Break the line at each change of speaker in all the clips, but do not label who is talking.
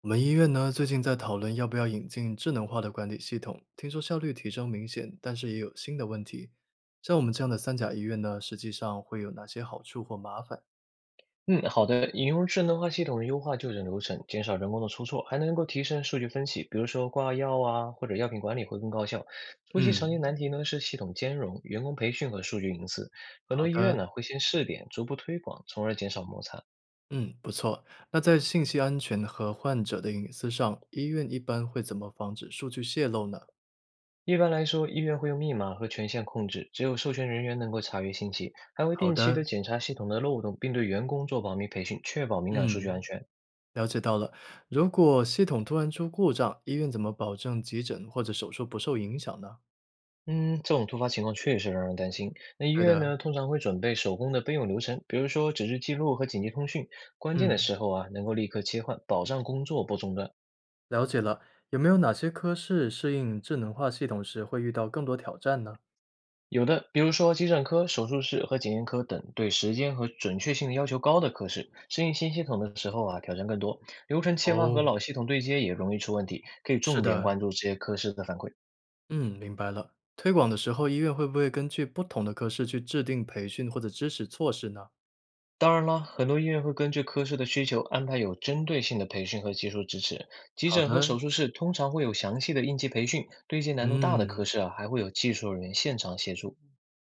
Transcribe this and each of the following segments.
我们医院呢，最近在讨论要不要引进智能化的管理系统，听说效率提升明显，但是也有新的问题。像我们这样的三甲医院呢，实际上会有哪些好处或麻烦？
嗯，好的。引用智能化系统优化就诊流程，减少人工的出错，还能够提升数据分析，比如说挂药啊，或者药品管理会更高效。初期常见难
嗯，
题呢是系统兼容、员工培训和数据隐私。很
好
多医院
的，
呢会先试点，逐步推广，从而减少摩擦。
嗯，不错。那在信息安全和患者的隐私上，医院一般会怎么防止数据泄露呢？
一般来说，医院会用密码和权限控制，只有授权人员能够查阅信息，还会
好
定期的
的，
检查系统的漏洞，并对员工做保密培训，确保敏感数据安
嗯，
全。
了解到了。如果系统突然出故障，医院怎么保证急诊或者手术不受影响呢？
嗯，这种突发情况确实让人担心。那医
对
院
的。
呢，通常会准备手工的备用流程，比如说纸质记录和紧急通讯，关键的
嗯。
时候啊，能够立刻切换，保障工作不中断。
了解了，有没有哪些科室适应智能化系统时会遇到更多挑战呢？
有的，比如说急诊科、手术室和检验科等，对时间和准确性的要求高的科室，适应新系统的时候啊，挑战更多。流程切换和
哦，
老系统对接也容易出问题，可以
是
重点
的，
关注这些科室的反馈。
嗯，明白了。推广的时候，医院会不会根据不同的科室去制定培训或者支持措施呢？
当然啦，很多医院会根据科室的需求安排有针对性的培训和技术支持。急
好
诊和
的，
手术室通常会有详细的应急培训，对接难度大的科
嗯，
室啊，还会有技术人员现场协助。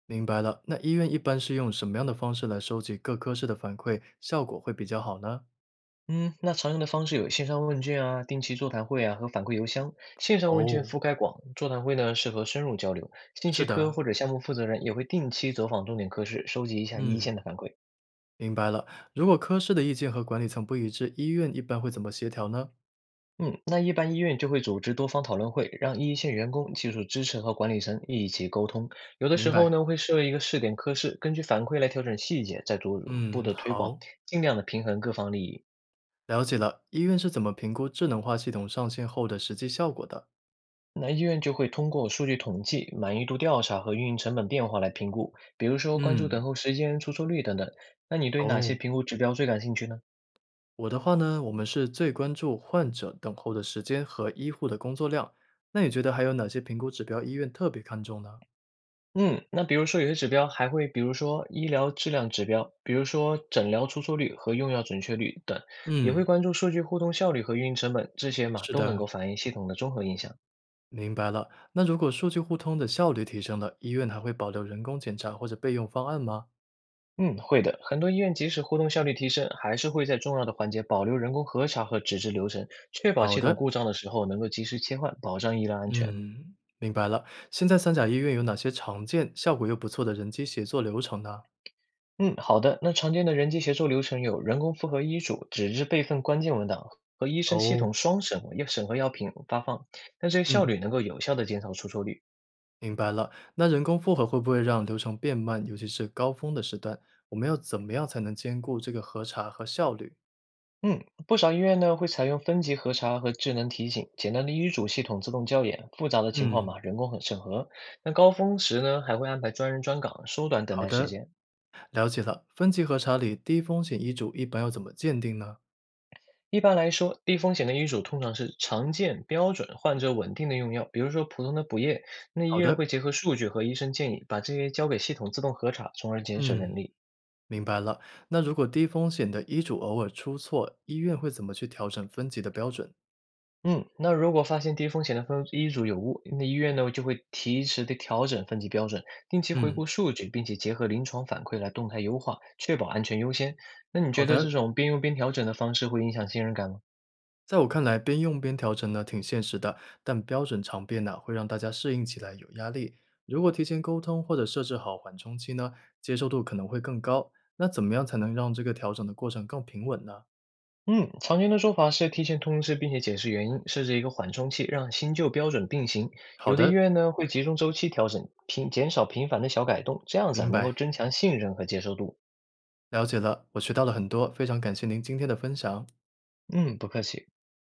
明白了。那医院一般是用什么样的方式来收集各科室的反馈，效果会比较好呢？
嗯，那常用的方式有线上问卷啊、定期座谈会啊和反馈邮箱。线上问卷
哦，
覆盖广，座谈会呢适合深入交流。信
是
息
的，
科或者项目负责人也会定期走访重点科室，收集一下一线
嗯，
的反馈。
明白了。如果科室的意见和管理层不一致，医院一般会怎么协调呢？
嗯，那一般医院就会组织多方讨论会，让一线员工、技术支持和管理层一起沟通。有的
明
时候
白，
呢，会设一个试点科室，根据反馈来调整细节，再逐步
嗯，
的推广，
好。
尽量的平衡各方利益。
了解了，医院是怎么评估智能化系统上线后的实际效果的？
那医院就会通过数据统计、满意度调查和运营成本变化来评估，比如说关注等
嗯，
候时间、出错率等等。那你对哪些
哦，
评估指标最感兴趣呢？
我的话呢，我们是最关注患者等候的时间和医护的工作量。那你觉得还有哪些评估指标医院特别看重呢？
嗯，那比如说有些指标还会，比如说医疗质量指标，比如说诊疗出错率和用药准确率等，也会
嗯，
关注数据互动效率和运营成本，这些嘛
是
都能
的，
够反映系统的综合影响。
明白了。那如果数据互通的效率提升了，医院还会保留人工检查或者备用方案吗？
嗯，会的，很多医院即使互动效率提升，还是会在重要的环节保留人工核查和纸质流程，确保
好
系统
的，
故障的时候能够及时切换，保障医疗安全。
嗯，明白了。现在三甲医院有哪些常见、效果又不错的人机协作流程呢？
嗯，好的。那常见的人机协作流程有人工复核医嘱、纸质备份关键文档和医生系
哦。
统双审核要审核药品发放，那这个效
嗯。
率能够有效的减少出错率。
明白了，那人工复核会不会让流程变慢，尤其是高峰的时段？我们要怎么样才能兼顾这个核查和效率？
嗯，不少医院呢会采用分级核查和智能提醒，简单的医嘱系统自动校验，复杂的情况
嗯，
嘛人工很审核。那高峰时呢还会安排专人专岗，缩短等
好
待时
的，
间。
了解了。分级核查里低风险医嘱一般要怎么鉴定呢？
一般来说，低风险的医嘱通常是常见、标准、患者稳定的用药，比如说普通的补液。那医
好
院会
的，
结合数据和医生建议，把这些交给系统自动核查，从而节省人
嗯，
力。
明白了。那如果低风险的医嘱偶尔出错，医院会怎么去调整分级的标准？
嗯，那如果发现低风险的分医嘱有误，那医院呢就会及时的调整分级标准，定期回
嗯，
顾数据，并且结合临床反馈来动态优化，确保安全优先。那你
好
觉得这
的，
种边用边调整的方式会影响信任感吗？
在我看来，边用边调整呢挺现实的，但标准常变呢，会让大家适应起来有压力。如果提前沟通或者设置好缓冲期呢，接受度可能会更高。那怎么样才能让这个调整的过程更平稳呢？
嗯，常见的做法是提前通知并且解释原因，设置一个缓冲期，让新旧标准并行。
好
有的医
的，
院呢会集中周期调整，频减少频繁的小改动，这样子啊
明
能够
白，
增强信任和接受度。
了解了，我学到了很多，非常感谢您今天的分享。
嗯，不客气。